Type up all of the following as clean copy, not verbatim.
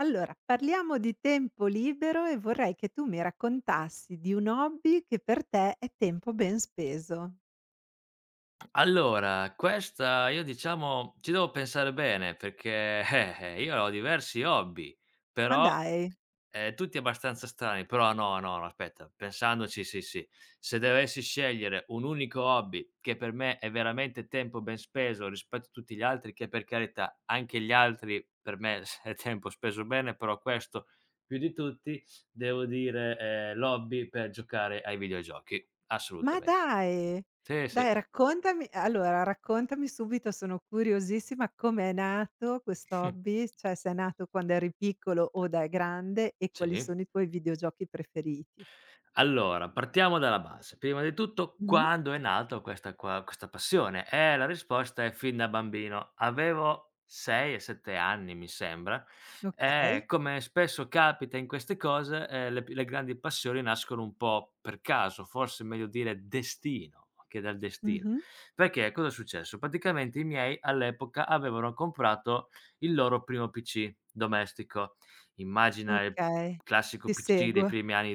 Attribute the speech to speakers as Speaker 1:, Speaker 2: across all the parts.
Speaker 1: Allora, parliamo di tempo libero e vorrei che tu mi raccontassi di un hobby che per te è tempo ben speso.
Speaker 2: Allora, questa io diciamo ci devo pensare bene perché, io ho diversi hobby,
Speaker 1: Ma
Speaker 2: però,
Speaker 1: dai,
Speaker 2: tutti abbastanza strani, però no, no, no, aspetta, pensandoci sì, sì. Se dovessi scegliere un unico hobby che per me è veramente tempo ben speso rispetto a tutti gli altri, che per carità anche gli altri per me s è tempo speso bene, però questo più di tutti, devo dire, l'hobby per giocare ai videogiochi,
Speaker 1: ma
Speaker 2: assolutamente.
Speaker 1: dai!
Speaker 2: Sì, sì.
Speaker 1: Dai, raccontami, allora raccontami subito, sono curiosissima com'è nato questo hobby, cioè se è nato quando eri piccolo o da grande e quali
Speaker 2: Sì.
Speaker 1: sono i tuoi videogiochi preferiti.
Speaker 2: Allora, partiamo dalla base. Prima di tutto,
Speaker 1: Mh-mh.
Speaker 2: quando è nato questa passione? La risposta è fin da bambino. Avevo 6 e 7 anni, mi sembra. E
Speaker 1: Okay.
Speaker 2: come spesso capita in queste cose, le p le grandi passioni nascono un po' per caso, forse è meglio dire destino, che dal destino.
Speaker 1: Mh-mh.
Speaker 2: Perché cosa è successo? Praticamente i miei all'epoca avevano comprato il loro primo PC domestico. Immagina il
Speaker 1: Okay.
Speaker 2: classico
Speaker 1: Ti
Speaker 2: PC dei
Speaker 1: seguo.
Speaker 2: primi anni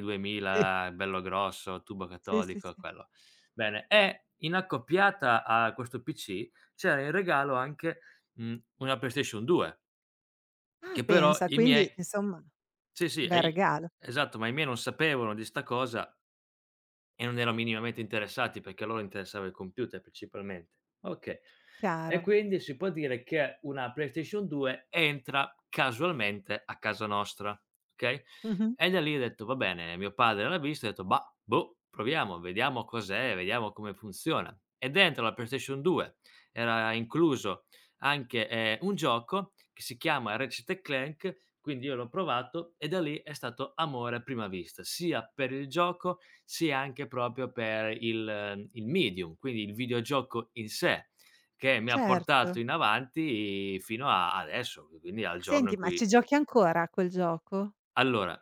Speaker 1: Sì.
Speaker 2: 2000, bello grosso, tubo
Speaker 1: Sì, sì,
Speaker 2: catodico,
Speaker 1: sì.
Speaker 2: quello. Bene, e in accoppiata a questo PC c'era in regalo anche, una PlayStation 2,
Speaker 1: Ah,
Speaker 2: che però
Speaker 1: pensa,
Speaker 2: i miei
Speaker 1: quindi insomma, un
Speaker 2: sì, sì, e
Speaker 1: bel
Speaker 2: i
Speaker 1: regalo.
Speaker 2: esatto, ma i miei non sapevano di 'sta cosa e non erano minimamente interessati, perché a loro interessava il computer principalmente. Okay. E
Speaker 1: Chiaro.
Speaker 2: quindi si può dire che una PlayStation 2 entra casualmente a casa nostra, okay,
Speaker 1: Mh-mh.
Speaker 2: e da lì ho detto: "Va bene", mio padre l'ha visto e ha detto: "Bah, boh, proviamo, vediamo cos'è, vediamo come funziona". E dentro la PlayStation 2 era incluso anche, un gioco che si chiama Ratchet& e Clank, quindi io l'ho provato e da lì è stato amore a prima vista, sia per il gioco, sia anche proprio per il medium, quindi il videogioco in sé. Che mi ha
Speaker 1: Certo.
Speaker 2: portato in avanti fino a adesso, quindi al giorno in
Speaker 1: Senti, ma
Speaker 2: cui
Speaker 1: ci giochi ancora a quel gioco?
Speaker 2: allora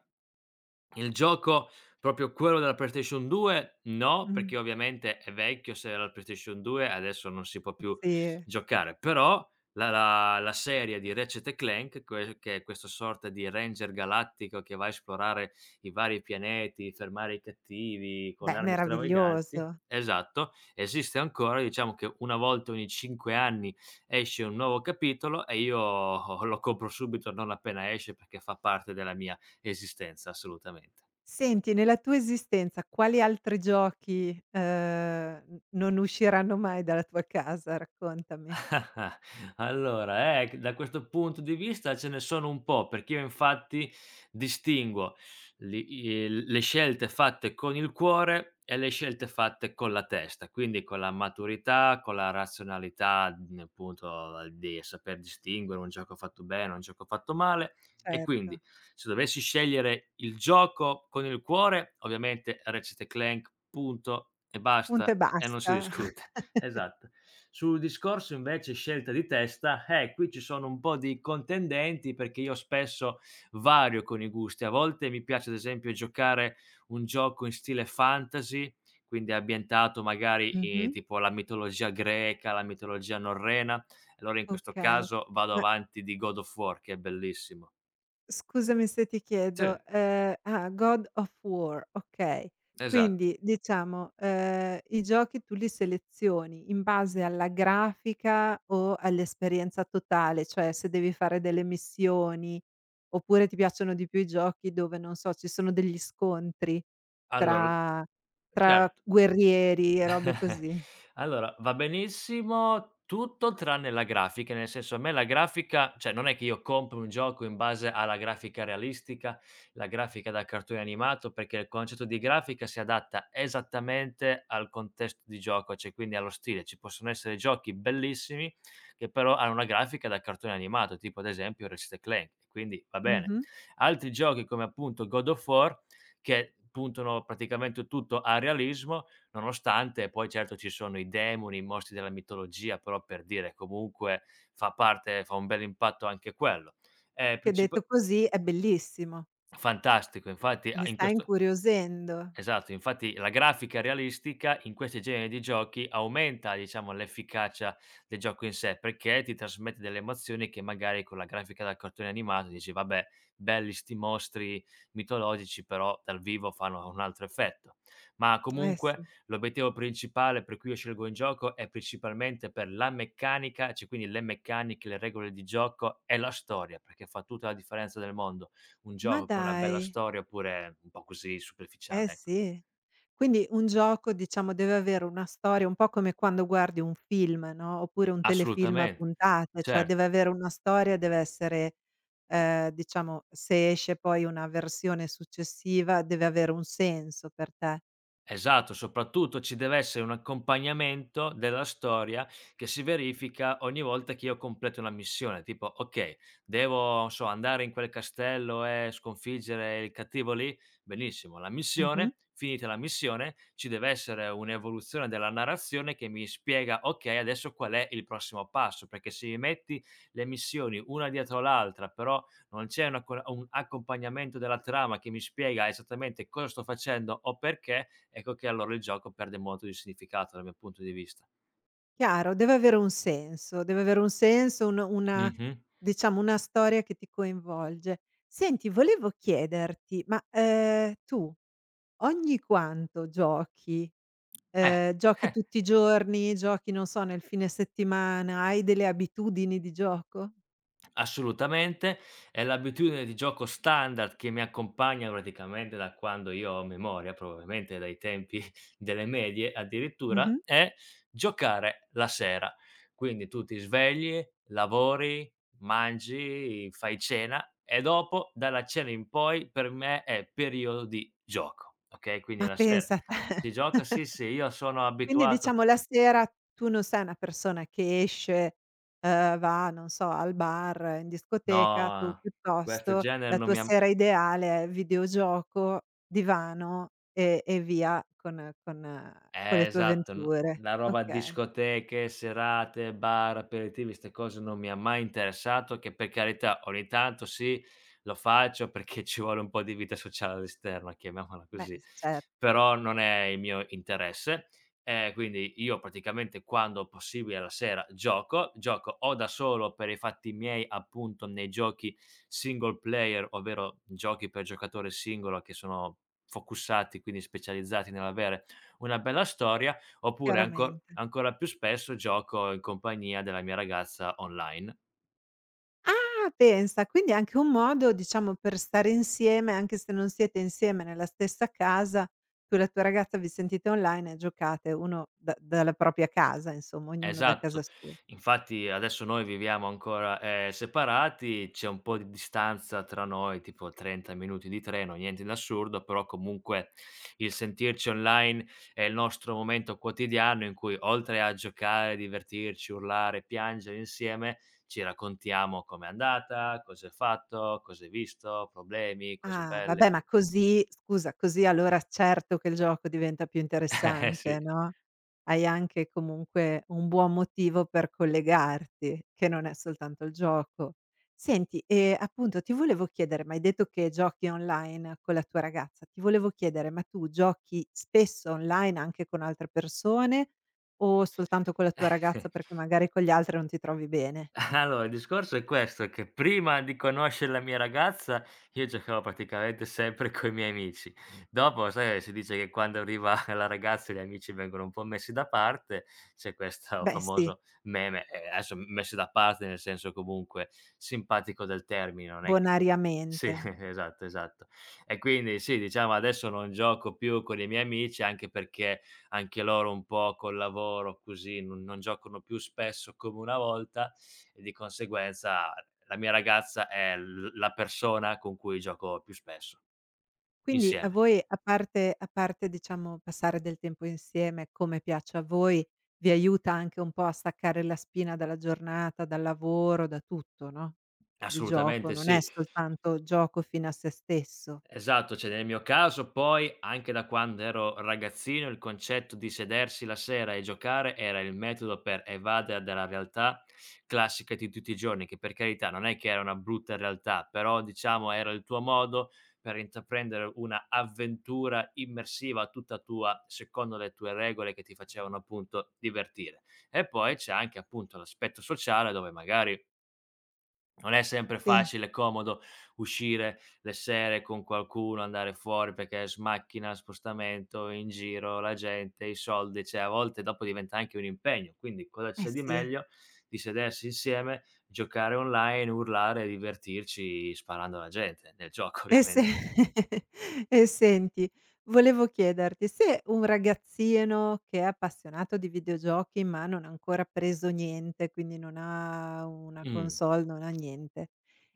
Speaker 2: il gioco, proprio quello della PlayStation 2, no,
Speaker 1: Mh.
Speaker 2: perché ovviamente è vecchio, se era la PlayStation 2 adesso non si può più
Speaker 1: Sì.
Speaker 2: giocare, però la serie di Ratchet& and Clank, que che è questa sorta di ranger galattico che va a esplorare i vari pianeti, fermare i cattivi con
Speaker 1: Beh,
Speaker 2: armi stravaganti
Speaker 1: meraviglioso.
Speaker 2: esatto, esiste ancora, diciamo che una volta ogni 5 anni esce un nuovo capitolo e io lo compro subito non appena esce perché fa parte della mia esistenza, assolutamente.
Speaker 1: Senti, nella tua esistenza quali altri giochi, n non usciranno mai dalla tua casa? Raccontami.
Speaker 2: Allora, da questo punto di vista ce ne sono un po', perché io infatti distinguo li il le scelte fatte con il cuore e le scelte fatte con la testa, quindi con la maturità, con la razionalità, appunto di saper distinguere un gioco fatto bene, un gioco fatto male. E
Speaker 1: Certo.
Speaker 2: quindi se dovessi scegliere il gioco con il cuore, ovviamente Ratchet& Clank, punto e
Speaker 1: Punto e
Speaker 2: basta, e non
Speaker 1: basta.
Speaker 2: si discute. Esatto. Sul discorso invece scelta di testa, qui ci sono un po' di contendenti perché io spesso vario con i gusti. A volte mi piace ad esempio giocare un gioco in stile fantasy, quindi ambientato magari,
Speaker 1: Mh-mh.
Speaker 2: tipo la mitologia greca, la mitologia norrena, allora in questo
Speaker 1: Okay.
Speaker 2: caso vado
Speaker 1: Ma
Speaker 2: avanti di God of War che è bellissimo.
Speaker 1: scusami se ti
Speaker 2: Sì,
Speaker 1: chiedo, ah, God of War, okay.
Speaker 2: esatto.
Speaker 1: Quindi diciamo, i giochi tu li selezioni in base alla grafica o all'esperienza totale, cioè se devi fare delle missioni, oppure ti piacciono di più i giochi dove, non so, ci sono degli scontri
Speaker 2: Allora l
Speaker 1: tra tra
Speaker 2: certo.
Speaker 1: guerrieri e robe così.
Speaker 2: Allora, va benissimo tutto tranne la grafica, nel senso a me la grafica cioè non è che io compro un gioco in base alla grafica realistica, la grafica da cartone animato, perché il concetto di grafica si adatta esattamente al contesto di gioco, cioè quindi allo stile. Ci possono essere giochi bellissimi che però hanno una grafica da cartone animato, tipo ad esempio Ratchet& Clank, quindi va bene.
Speaker 1: Mh-mh.
Speaker 2: Altri giochi come appunto God of War, che puntano praticamente tutto al realismo, nonostante poi certo ci sono i demoni, i mostri della mitologia, però per dire comunque fa parte fa un bell'impatto anche quello.
Speaker 1: Che
Speaker 2: Princip
Speaker 1: detto così è bellissimo.
Speaker 2: fantastico, infatti a
Speaker 1: Mi
Speaker 2: in
Speaker 1: stai
Speaker 2: questo
Speaker 1: incuriosendo.
Speaker 2: esatto, infatti la grafica realistica in questi generi di giochi aumenta, diciamo, l'efficacia del gioco in sé, perché ti trasmette delle emozioni che magari con la grafica da cartone animato dici: "Vabbè, belli 'sti mostri mitologici, però dal vivo fanno un altro effetto". Ma
Speaker 1: Eh
Speaker 2: comunque
Speaker 1: sì.
Speaker 2: l'obiettivo principale per cui io scelgo un gioco è principalmente per la meccanica, cioè quindi le meccaniche, le regole di gioco e la storia, perché fa tutta la differenza del mondo un
Speaker 1: Ma
Speaker 2: gioco con una bella
Speaker 1: dai!
Speaker 2: storia oppure un po' così
Speaker 1: Eh
Speaker 2: superficiale, ecco.
Speaker 1: sì. Quindi un gioco, diciamo, deve avere una storia, un po' come quando guardi un film, no, oppure un telefilm a
Speaker 2: Assolutamente,
Speaker 1: puntate, cioè
Speaker 2: certo.
Speaker 1: deve avere una storia, deve essere, diciamo, se esce poi una versione successiva deve avere un senso per te.
Speaker 2: Esatto, soprattutto ci deve essere un accompagnamento della storia che si verifica ogni volta che io completo una missione, tipo: "Okay, devo, non so, andare in quel castello e sconfiggere il cattivo lì?" Benissimo, la
Speaker 1: Mh-mh.
Speaker 2: missione finita la missione, ci deve essere un'evoluzione della narrazione che mi spiega: "Okay, adesso qual è il prossimo passo?" Perché se mi metti le missioni una dietro l'altra, però non c'è una co un accompagnamento della trama che mi spiega esattamente cosa sto facendo o perché, ecco che allora il gioco perde molto di significato dal mio punto di vista.
Speaker 1: Chiaro, deve avere un senso, deve avere un senso, un una,
Speaker 2: Mh-mh.
Speaker 1: diciamo, una storia che ti coinvolge. Senti, volevo chiederti, ma, tu ogni quanto giochi?
Speaker 2: Eh,
Speaker 1: Giochi
Speaker 2: eh,
Speaker 1: tutti i giorni, giochi, non so, nel fine settimana, hai delle abitudini di gioco?
Speaker 2: assolutamente. È l'abitudine di gioco standard che mi accompagna praticamente da quando io ho memoria, probabilmente dai tempi delle medie
Speaker 1: Mh-mh.
Speaker 2: addirittura, è giocare la sera. Quindi tu ti svegli, lavori, mangi, fai cena e dopo dalla cena in poi per me è periodo di gioco, okay, quindi
Speaker 1: Ma
Speaker 2: la sera
Speaker 1: pensa
Speaker 2: si
Speaker 1: te.
Speaker 2: gioca sì, sì, io sono
Speaker 1: Quindi
Speaker 2: abituato.
Speaker 1: diciamo la sera tu non sei una persona che esce, va, non so, al bar, in discoteca, tu
Speaker 2: No, questo
Speaker 1: piuttosto
Speaker 2: genere
Speaker 1: la
Speaker 2: non
Speaker 1: tua
Speaker 2: mi ha
Speaker 1: sera ideale è videogioco, divano e via con con le tue
Speaker 2: esatto, n
Speaker 1: avventure.
Speaker 2: la roba
Speaker 1: Okay,
Speaker 2: discoteche, serate, bar, aperitivi, 'ste cose non mi ha mai interessato, che per carità ogni tanto sì, lo faccio perché ci vuole un po' di vita sociale all'esterno, chiamiamola
Speaker 1: beh,
Speaker 2: così.
Speaker 1: certo,
Speaker 2: Però non è il mio interesse. Quindi io praticamente quando possibile la sera gioco o da solo per i fatti miei, appunto, nei giochi single player, ovvero giochi per giocatore singolo che sono focussati, quindi specializzati nell'avere una bella storia, oppure anco
Speaker 1: chiaramente.
Speaker 2: ancora più spesso gioco in compagnia della mia ragazza online.
Speaker 1: Ah, pensa, quindi è anche un modo, diciamo, per stare insieme, anche se non siete insieme nella stessa casa, tu e la tua ragazza vi sentite online e giocate uno da dalla propria casa, insomma, ognuno da casa
Speaker 2: Esatto.
Speaker 1: sua.
Speaker 2: Infatti adesso noi viviamo ancora, separati, c'è un po' di distanza tra noi, tipo 30 minuti di treno, niente di assurdo, però comunque il sentirci online è il nostro momento quotidiano in cui oltre a giocare, divertirci, urlare, piangere insieme, ci raccontiamo com'è andata, cosa hai fatto, cosa hai visto, problemi, cose
Speaker 1: Ah,
Speaker 2: belle,
Speaker 1: vabbè,
Speaker 2: qui
Speaker 1: ma così scusa, così allora certo che il gioco diventa più interessante,
Speaker 2: sì.
Speaker 1: no, hai anche comunque un buon motivo per collegarti, che non è soltanto il gioco. Senti, appunto ti volevo chiedere, m'hai detto che giochi online con la tua ragazza, ti volevo chiedere, ma tu giochi spesso online anche con altre persone o soltanto con la tua ragazza perché magari con gli altri non ti trovi bene?
Speaker 2: Allora, il discorso è questo, che prima di conoscere la mia ragazza io giocavo praticamente sempre coi miei amici. Dopo, sai, si dice che quando arriva la ragazza gli amici vengono un po' messi da parte, c'è questo
Speaker 1: Beh sì,
Speaker 2: famoso meme, adesso messi da parte nel senso comunque simpatico del termine, non è che ti
Speaker 1: bonariamente.
Speaker 2: sì, esatto, esatto. E quindi sì, diciamo adesso non gioco più con i miei amici, anche perché anche loro un po' col lavoro così non giocano più spesso come una volta e di conseguenza la mia ragazza è l la persona con cui gioco più spesso,
Speaker 1: Quindi a
Speaker 2: insieme.
Speaker 1: voi, a parte diciamo passare del tempo insieme, come piace a voi, vi aiuta anche un po' a staccare la spina dalla giornata, dal lavoro, da tutto, no, il gioco
Speaker 2: Assolutamente
Speaker 1: non è
Speaker 2: sì.
Speaker 1: soltanto gioco fino a se stesso.
Speaker 2: Esatto, cioè
Speaker 1: Eh,
Speaker 2: nel mio caso poi, anche da quando ero ragazzino, il concetto di sedersi la sera e giocare era il metodo per evadere dalla realtà classica di tutti i giorni, che per carità non è che era una brutta realtà, però diciamo era il tuo modo per intraprendere una avventura immersiva tutta tua, secondo le tue regole che ti facevano appunto divertire. E poi c'è anche appunto l'aspetto sociale dove magari non è sempre
Speaker 1: sì,
Speaker 2: facile e comodo uscire le sere con qualcuno, andare fuori perché smacchina, spostamento, in giro, la gente, i soldi, cioè a volte dopo diventa anche un impegno. Quindi cosa
Speaker 1: eh
Speaker 2: c'è di
Speaker 1: sì.
Speaker 2: meglio di sedersi insieme, giocare online, urlare e divertirci sparando alla gente nel gioco
Speaker 1: E se
Speaker 2: ovviamente.
Speaker 1: e senti, volevo chiederti se un ragazzino che è appassionato di videogiochi, ma non ha ancora preso niente, quindi non ha una
Speaker 2: Mh.
Speaker 1: console, non ha niente,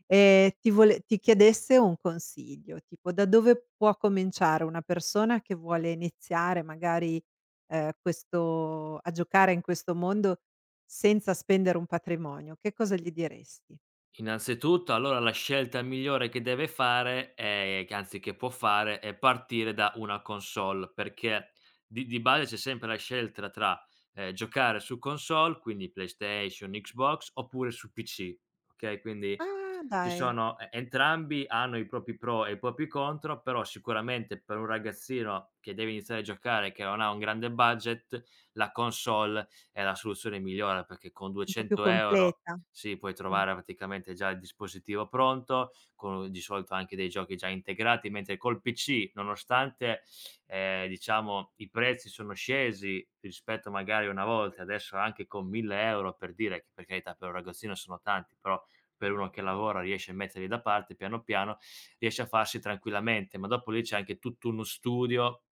Speaker 1: ti chiedesse un consiglio, tipo da dove può cominciare una persona che vuole iniziare magari, questo a giocare in questo mondo senza spendere un patrimonio, che cosa gli diresti?
Speaker 2: Innanzitutto allora la scelta migliore che deve fare è che anzi che può fare, è partire da una console, perché di base c'è sempre la scelta tra, giocare su console, quindi PlayStation, Xbox, oppure su PC, okay, quindi
Speaker 1: Ah
Speaker 2: ci
Speaker 1: dai,
Speaker 2: sono e entrambi hanno i propri pro e i propri contro, però sicuramente per un ragazzino che deve iniziare a giocare, che non ha un grande budget, la console è la soluzione migliore, perché con
Speaker 1: un po' più
Speaker 2: 200 €
Speaker 1: completa.
Speaker 2: sì, puoi
Speaker 1: Mh.
Speaker 2: trovare praticamente già il dispositivo pronto, con di solito anche dei giochi già integrati, mentre col PC, nonostante, diciamo i prezzi sono scesi rispetto magari a una volta, adesso anche con 1000 € per dire, che per carità per un ragazzino sono tanti, però per uno che lavora riesce a metterli da parte piano piano, riesce a farsi tranquillamente, ma dopo lì c'è anche tutto uno studio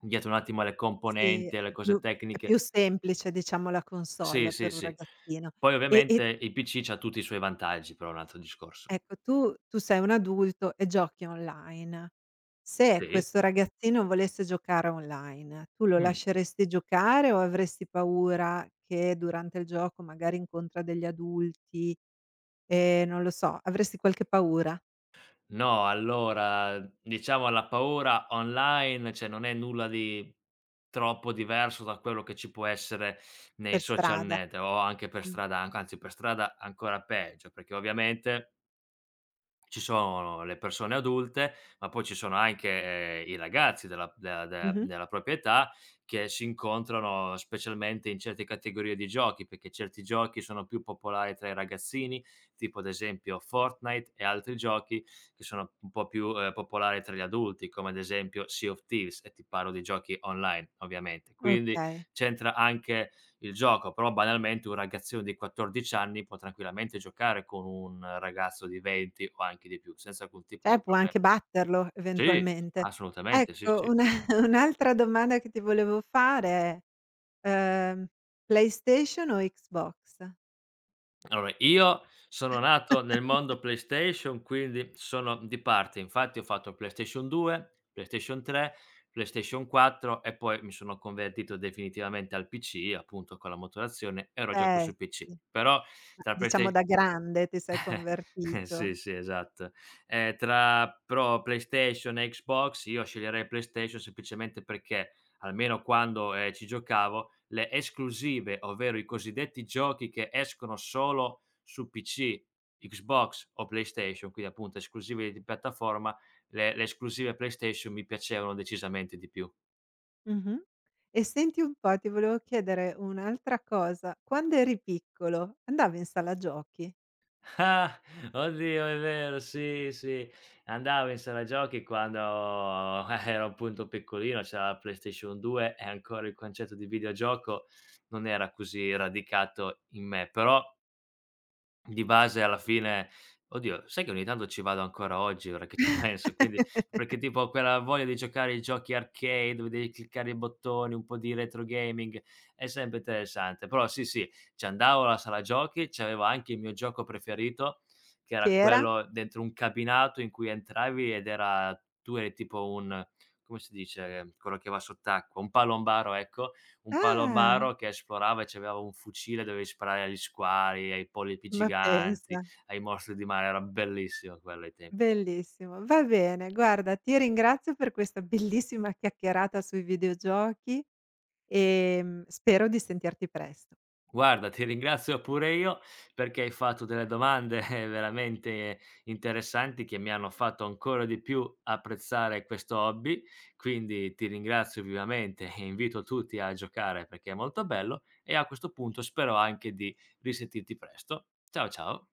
Speaker 2: dietro un attimo alle
Speaker 1: Sì,
Speaker 2: componenti, alle cose
Speaker 1: è
Speaker 2: tecniche
Speaker 1: più semplice diciamo la
Speaker 2: sì,
Speaker 1: console
Speaker 2: sì,
Speaker 1: per un
Speaker 2: sì.
Speaker 1: ragazzino.
Speaker 2: Poi
Speaker 1: E
Speaker 2: ovviamente
Speaker 1: e
Speaker 2: il PC c'ha tutti i suoi vantaggi, però è un altro discorso.
Speaker 1: ecco, tu sei un adulto e giochi online. Se
Speaker 2: Sì?
Speaker 1: questo ragazzino volesse giocare online, tu lo
Speaker 2: Mh.
Speaker 1: lasceresti giocare o avresti paura che durante il gioco magari incontra degli adulti e non lo so, avresti qualche paura
Speaker 2: No, allora diciamo la paura online, cioè non è nulla di troppo diverso da quello che ci può essere
Speaker 1: per
Speaker 2: nei social
Speaker 1: strada?
Speaker 2: net o anche per
Speaker 1: Mh.
Speaker 2: strada, anc anzi per strada ancora peggio, perché ovviamente ci sono le persone adulte, ma poi ci sono anche, i ragazzi della della de
Speaker 1: Mh-mh.
Speaker 2: della propria età che si incontrano specialmente in certe categorie di giochi, perché certi giochi sono più popolari tra i ragazzini, tipo ad esempio Fortnite e altri giochi che sono un po' più, popolari tra gli adulti, come ad esempio Sea of Thieves, e ti parlo di giochi online ovviamente. Quindi
Speaker 1: Okay.
Speaker 2: c'entra anche il gioco, però banalmente un ragazzino di 14 anni può tranquillamente giocare con un ragazzo di 20 o anche di più, senza alcun tipo
Speaker 1: Cioè
Speaker 2: di
Speaker 1: può
Speaker 2: problema.
Speaker 1: anche batterlo
Speaker 2: Sì,
Speaker 1: eventualmente.
Speaker 2: assolutamente, sì,
Speaker 1: Ecco,
Speaker 2: sì.
Speaker 1: una un'altra domanda che ti volevo fare è, PlayStation o Xbox?
Speaker 2: Allora, io sono nato nel mondo PlayStation, quindi sono di parte. Infatti ho fatto PlayStation 2, PlayStation 3, PlayStation 4 e poi mi sono convertito definitivamente al PC, appunto con la motorazione, e ero gioco
Speaker 1: Eh
Speaker 2: su PC.
Speaker 1: sì,
Speaker 2: Però
Speaker 1: ma
Speaker 2: tra Playsta
Speaker 1: diciamo da grande ti sei
Speaker 2: Eh, sì,
Speaker 1: convertito.
Speaker 2: sì, esatto. Tra però PlayStation e Xbox io sceglierei PlayStation semplicemente perché, almeno quando, ci giocavo, le esclusive, ovvero i cosiddetti giochi che escono solo su PC, Xbox o PlayStation, quindi appunto esclusive di piattaforma, le esclusive PlayStation mi piacevano decisamente di più.
Speaker 1: Mh-mh. E senti un po', ti volevo chiedere un'altra cosa, quando eri piccolo andavi in sala giochi?
Speaker 2: Ah, oddio è vero, sì, sì. Andavo in sala giochi quando ero appunto piccolino, c'era la PlayStation 2 e ancora il concetto di videogioco non era così radicato in me, però di base alla fine oddio, sai che ogni tanto ci vado ancora oggi ora che ci penso, quindi perché tipo ho quella voglia di giocare ai giochi arcade, dove devi cliccare i bottoni, un po' di retro gaming, è sempre interessante. Però sì, sì, ci andavo alla sala giochi, c'avevo anche il mio gioco preferito, che
Speaker 1: Che
Speaker 2: era
Speaker 1: era?
Speaker 2: quello dentro un cabinato in cui entravi ed era tu eri tipo un come si dice quello che va sott'acqua, un palombaro ecco, un
Speaker 1: Ah,
Speaker 2: palomaro che esplorava e c'aveva un fucile, dovevi sparare agli squali, ai polipi
Speaker 1: ma pensa.
Speaker 2: giganti, ai mostri di mare, era bellissimo quello ai temp
Speaker 1: Bellissimo, va bene. Guarda, ti ringrazio per questa bellissima chiacchierata sui videogiochi e, spero di sentirti presto.
Speaker 2: Guarda, ti ringrazio pure io perché hai fatto delle domande veramente interessanti che mi hanno fatto ancora di più apprezzare questo hobby, quindi ti ringrazio vivamente e invito tutti a giocare perché è molto bello e a questo punto spero anche di risentirti presto. Ciao, ciao.